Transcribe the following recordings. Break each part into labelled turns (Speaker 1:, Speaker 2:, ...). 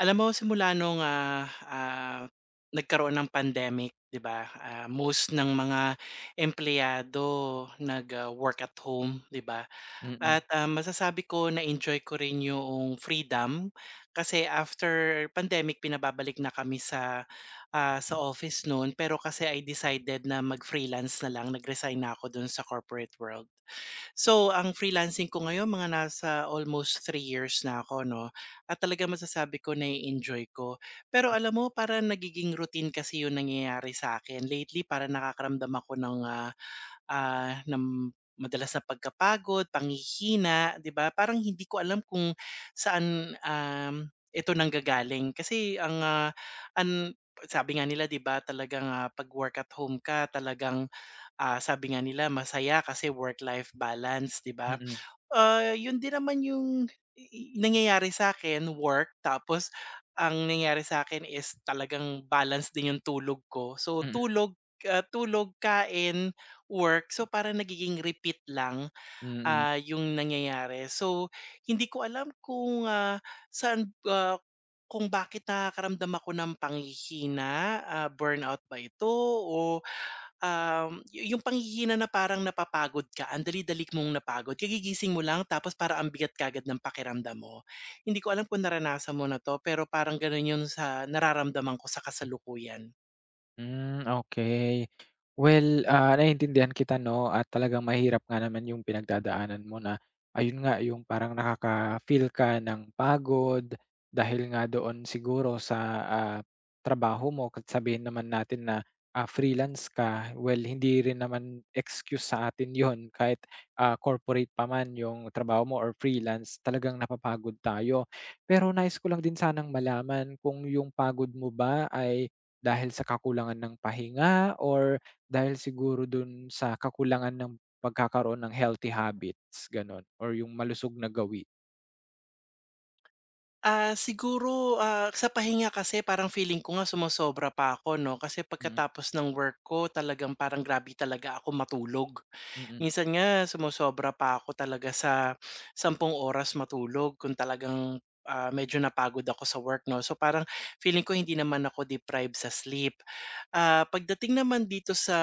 Speaker 1: Alam mo simula nung, nagkaroon ng pandemic, 'di ba, most ng mga empleyado work at home, 'di ba?
Speaker 2: Mm,
Speaker 1: At, masasabi ko na-enjoy ko rin yoong freedom kasi after pandemic pinababalik na kami sa office noon. Pero kasi I decided na mag-freelance na lang, nag-resign na ako dun sa corporate world. So, ang freelancing ko ngayon mga nasa almost 3 years na ako 'no, at talaga masasabi ko na enjoy ko. Pero alam mo parang nagiging routine kasi 'yung nangyayari sa'kin. Lately para nakakaramdam ako ng madalas na pagkapagod, panghihina, 'di ba? Parang hindi ko alam kung saan, ito nanggagaling. Kasi ang, ah, an sabi nga nila 'di ba talagang, 'pag work at home ka talagang sabi nga nila masaya kasi work-life balance, 'di ba?
Speaker 2: mm,
Speaker 1: Yun din naman yung i i nangyayari sa'kin, work tapos ang nangyayari sa akin is talagang balance din yung tulog ko. So,
Speaker 2: mm, mm.
Speaker 1: tulog, kain, work. So, para nagiging repeat lang,
Speaker 2: Mm.
Speaker 1: yung nangyayari. So, hindi ko alam kung, saan, kung bakit nakakaramdam ako ng panghihina, burnout ba ito o Um, yu yung panghihina na parang napapagod ka, ang dali-dali mong napagod, kagigising mo lang tapos para ang bigat kaagad ng pakiramdam mo. Hindi ko alam kung naranasan mo na 'to, pero parang gano'n 'yun sa nararamdaman ko sa kasalukuyan.
Speaker 2: Hmm, okay. Well, naiintindihan kita 'no at talagang mahirap nga naman yung pinagdadaanan mo na ayun nga, yung parang nakaka-feel ka ng pagod dahil nga doon siguro sa, ah, trabaho mo kahit sabihin naman natin na, freelance ka. Well, hindi rin naman excuse sa atin yon kahit, corporate pa man yung trabaho mo or freelance, talagang napapagod tayo. Pero nais ko lang din sanang malaman kung yung pagod mo ba ay dahil sa kakulangan ng pahinga or dahil siguro dun sa kakulangan ng pagkakaroon ng healthy habits, gano'n or yung malusog na gawi?
Speaker 1: Siguro, sa pahinga kasi parang feeling ko nga sumosobra pa ako 'no, kasi
Speaker 2: Mm,
Speaker 1: pagkatapos ng work ko talagang parang grabe talaga ako matulog.
Speaker 2: mm.
Speaker 1: Minsan nga sumosobra pa ako talaga sa 10 oras matulog kung talagang, medyo napagod ako sa work 'no. So parang feeling ko hindi naman ako deprived sa sleep. Pagdating naman dito sa,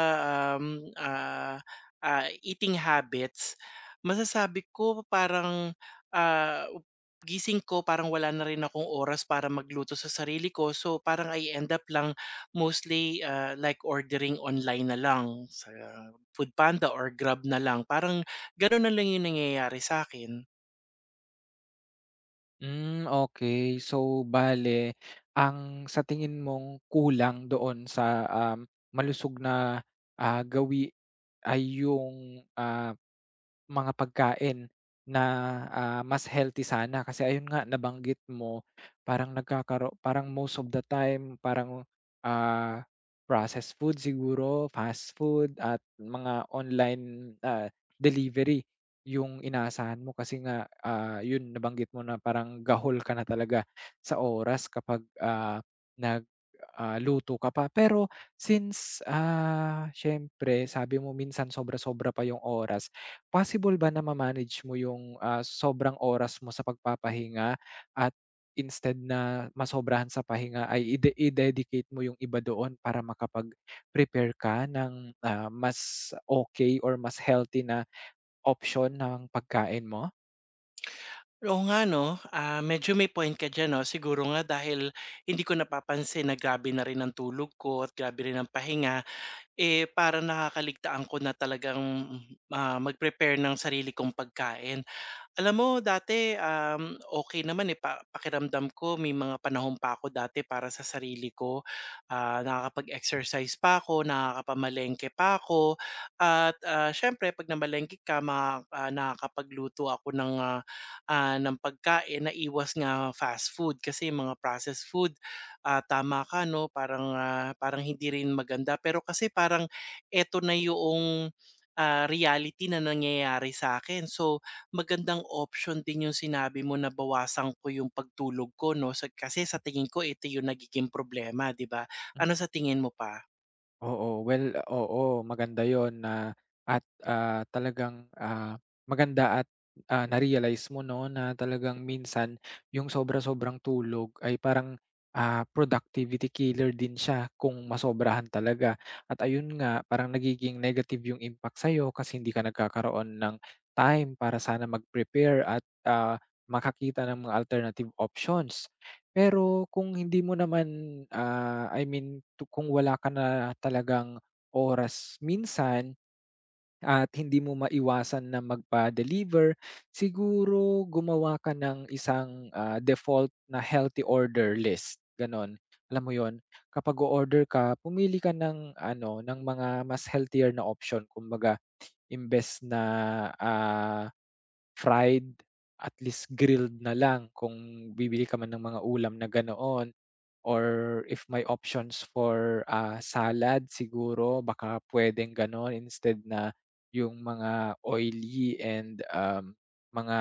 Speaker 1: um, ah, eating habits, masasabi ko parang, ah Gising ko parang wala na rin akong oras para magluto sa sarili ko. So, parang I end up lang mostly, like ordering online na lang sa food panda or Grab na lang. Parang gano'n na lang yung nangyayari sa'kin.
Speaker 2: Hmm, okey. So, bale ang sa tingin mong kulang doon sa, malusog na, gawi ay yung, mga pagkain na, mas healthy sana kasi ayun nga nabanggit mo parang parang most of the time parang, ah, processed food siguro, fast food at mga online, delivery yung inaasahan mo kasi nga, yun nabanggit mo na parang gahol ka na talaga sa oras kapag, nag, luto ka pa. Pero since, siyempre sabi mo minsan sobra-sobra pa yung oras. Possible ba na ma-manage mo yung, sobrang oras mo sa pagpapahinga at instead na masobrahan sa pahinga ay i-dedicate mo yung iba doon para makapag-prepare ka ng, mas okay or mas healthy na option ng pagkain mo?
Speaker 1: Oo nga 'no, medyo may point ka diyan 'no. Siguro nga dahil hindi ko napapansin na grabe na rin ang tulog ko at grabe rin ang pahinga, eh, parang nakakaligtaan ko na talagang, mag-prepare ng sarili kong pagkain. Alam mo dati, okey naman, eh, pakiramdam ko may mga panahon pa ako dati para sa sarili ko. Nakakapag-exercise pa ako, nakakapamalengke pa ako at, siyempre 'pag namalengke ka nakakapagluto ako ng pagkain na iwas nga fast food kasi yung mga processed food, tama ka 'no, parang, parang hindi rin maganda. Pero kasi parang eto na yung reality na nangyayari sa akin. So, magandang option din yung sinabi mo na bawasan ko yung pagtulog ko 'no, kasi sa tingin ko ito yung nagiging problema, 'di ba? Ano sa tingin mo pa?
Speaker 2: Oo, well, oo, maganda 'yun na at, talagang, maganda at, na-realize mo 'no na talagang minsan yung sobra-sobrang tulog ay parang, productivity killer din siya kung masobrahan talaga. At ayun nga, parang nagiging negative yung impact sa'yo kasi hindi ka nagkakaroon ng time para sana mag-prepare at, makakita ng mga alternative options. Pero kung hindi mo naman, I mean kung wala ka na talagang oras minsan at hindi mo maiwasan na magpa-deliver, siguro gumawa ka ng isang, default na healthy order list, gano'n. Alam mo yon. Kapag o-order ka, pumili ka ng ano, ng mga mas healthier na option kumbaga imbes na, ah fried, at least grilled na lang kung bibili ka man ng mga ulam na ganoon or if may options for, salad siguro baka puwedeng gano'n instead na yung mga oily and, mga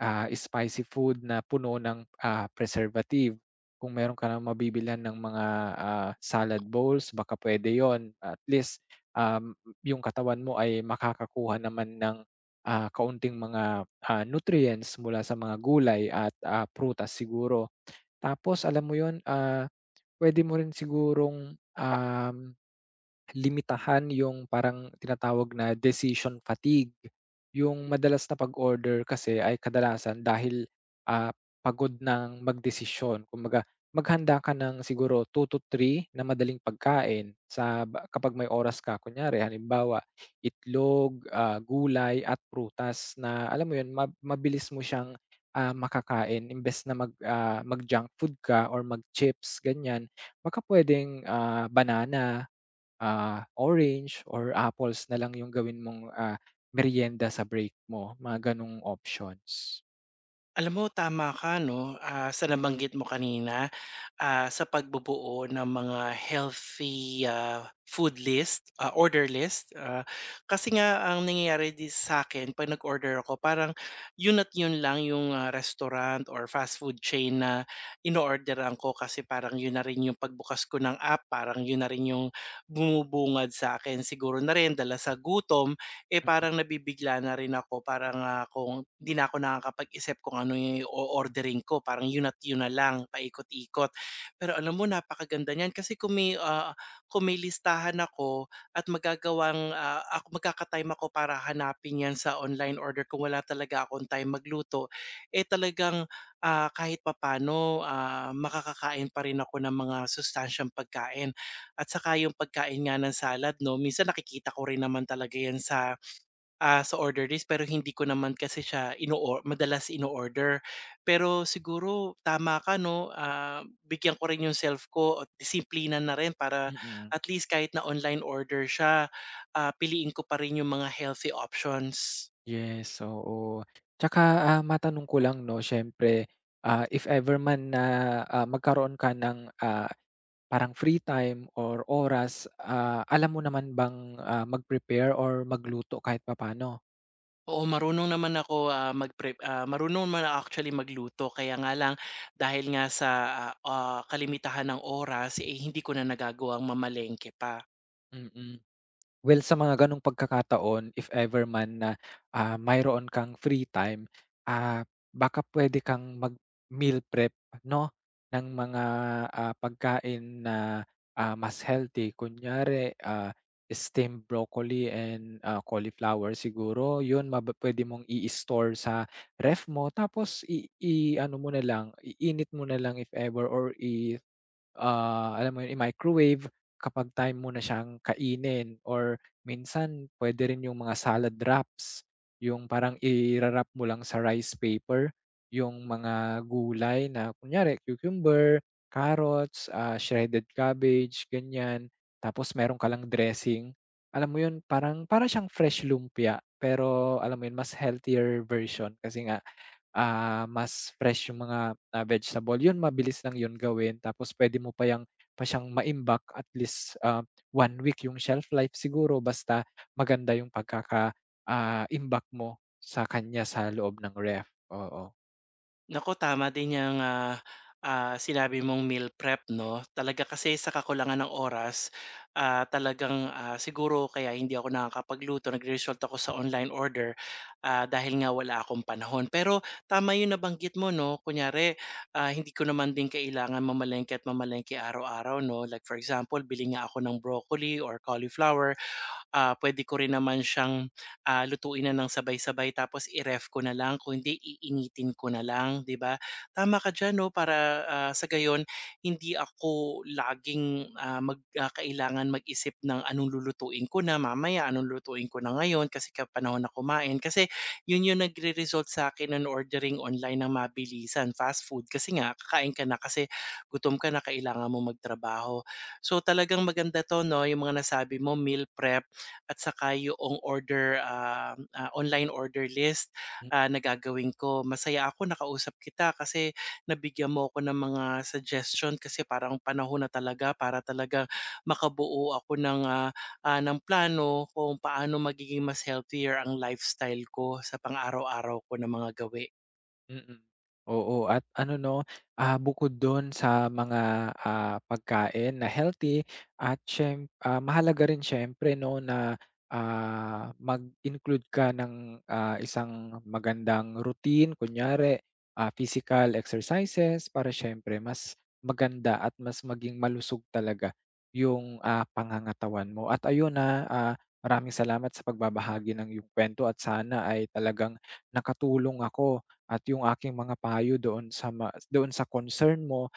Speaker 2: spicy food na puno ng, preservative. Kung meron ka ng mabibilhan ng mga, salad bowls baka puwede yon at least, um, yung katawan mo ay makakakuha naman ng, kaunting mga, nutrients mula sa mga gulay at, prutas siguro. Tapos alam mo yon, pwede mo rin sigurong, um limitahan yung parang tinatawag na decision fatigue. Yung madalas na pag-order kasi ay kadalasan dahil, pagod ng magdesisyon. Kumbaga maghanda ka ng siguro two to three na madaling pagkain sa ba kapag may oras ka. Kunyari halimbawa itlog, gulay at prutas na alam mo yun mabilis mo siyang, makakain imbes na mag-junk food ka or mag-chips ganyan, baka puwedeng, banana orange or apples na lang yung gawin mong, merienda sa break mo, mga gano'ng options.
Speaker 1: Alam mo tama ka 'no, sa nabanggit mo kanina, sa pagbubuo ng mga healthy, food list, order list, kasi nga ang nangyayari di sa akin, 'pag nag-order ako parang yun at yun lang yung, restaurant or fast food chain na inoorderan ko kasi parang yun na rin yung pagbukas ko ng app, parang yun na rin yung bumubungad sa'kin. Siguro na rin dala sa gutom, eh, parang nabibigla na rin ako parang, kung 'di na ako nakakapag-isip kung ano yung ordering ko parang yun at yun na lang, paikot-ikot. Pero alam mo napakaganda niyan kasi kung may listahan ako at magagawang, ah, ak magkaka ako para hanapin 'yan sa online order kung wala talaga akong time magluto, eh, talagang, kahit papaano, makakakain pa rin ako ng mga sustansyang pagkain. At saka yung pagkain nga ng salad 'no, minsan nakikita ko rin naman talaga 'yan sa order list pero hindi ko naman kasi siya madalas ino-order. Pero siguro tama ka 'no, bigyan ko rin yung self ko at disiplina na rin para
Speaker 2: Mm.
Speaker 1: at least kahit na online order siya, piliin ko pa rin yung mga healthy options.
Speaker 2: Yes, oo. Tsaka, matanong ko lang 'no, siyempre, if ever man na, magkaroon ka ng, parang free time or oras, alam mo naman bang, mag-prepare or magluto kahit papaano?
Speaker 1: Oo, marunong naman ako actually magluto kaya nga lang dahil nga sa, kalimitahan ng oras, eh, hindi ko na nagagawang mamalengke pa.
Speaker 2: Mm. Mm. Well, sa mga gano'ng pagkakataon, if ever man na, mayroon kang free time, ah, baka puwede kang mag-meal prep 'no, ng mga, pagkain na, mas healthy. Kunyari, steamed broccoli and, cauliflower siguro, 'yun maba puwede mong i-store sa ref mo tapos i-ano mo na lang, iinit mo na lang if ever or alam mo yun, i-microwave kapag time mo na siyang kainin or minsan puwede rin yung mga salad wraps, yung parang ira-wrap mo lang sa rice paper yung mga gulay na kunyari cucumber, carrots, shredded cabbage, ganyan. Tapos meron ka lang dressing. Alam mo yun, parang para siyang fresh lumpia pero alam mo yun, mas healthier version kasi nga mas fresh yung mga, vegetable. Yun mabilis lang yun gawin tapos pwede mo pa siyang at least, 1 week yung shelf life siguro basta maganda yung pagkaka, imbak mo sa kanya sa loob ng ref, oo.
Speaker 1: Naku, tama din yung sinabi mong meal prep 'no. Talaga kasi sa kakulangan ng oras, talagang, siguro kaya hindi ako nakakapagluto nagre-resort ako sa online order, dahil nga wala akong panahon. Pero tama yung nabanggit mo 'no, kunyari, hindi ko naman din kailangan mamalengke at mamalengke araw-araw 'no. Like for example, bili nga ako ng broccoli or cauliflower, puwede ko rin naman siyang, lutuin na ng sabay-sabay tapos i-ref ko na lang kung hindi iinitin ko na lang, 'di ba? Tama ka diyan 'no, para, sa gayon hindi ako laging, kailangan mag-isip ng anong lulutuin ko na mamaya, anong lutuin ko na ngayon kasi ka panahon na kumain. Kasi yun yung nagre-result sa akin ng ordering online ng mabilisan, fast food. Kasi nga kakain ka na kasi gutom ka na, kailangan mo magtrabaho. So, talagang maganda 'to 'no, yung mga nasabi mo, meal prep at saka yoong online order list, na gagawin ko. Masaya ako nakausap kita kasi nabigyan mo ako ng mga suggestion kasi parang panahon na talaga para talagang makabuo ako ng plano kung paano magiging mas healthier ang lifestyle ko sa pang-araw-araw ko na mga gawi.
Speaker 2: Mm. Oo at ano 'no, bukod dun sa mga, pagkain na healthy at mahalaga rin siyempre 'no na, mag-include ka ng, isang magandang routine kunyari, physical exercises para siyempre mas maganda at mas maging malusog talaga yung, pangangatawan mo. At ayun, maraming salamat sa pagbabahagi ng yung kuwento at sana ay talagang nakatulong ako at yung aking mga payo doon sa doon sa concern mo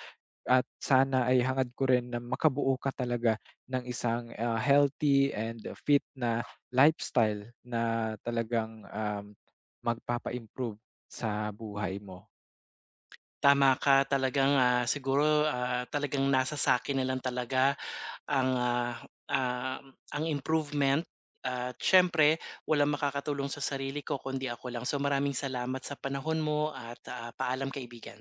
Speaker 2: at sana ay hangad ko rin na makabuo ka talaga ng isang, healthy and fit na lifestyle na talagang, magpapa-improve sa buhay mo.
Speaker 1: Tama ka talagang, siguro, talagang nasa sa'kin na lang talaga ang, ah, ang improvement at siyempre walang makakatulong sa sarili ko kundi ako lang. So maraming salamat sa panahon mo at, paalam kaibigan.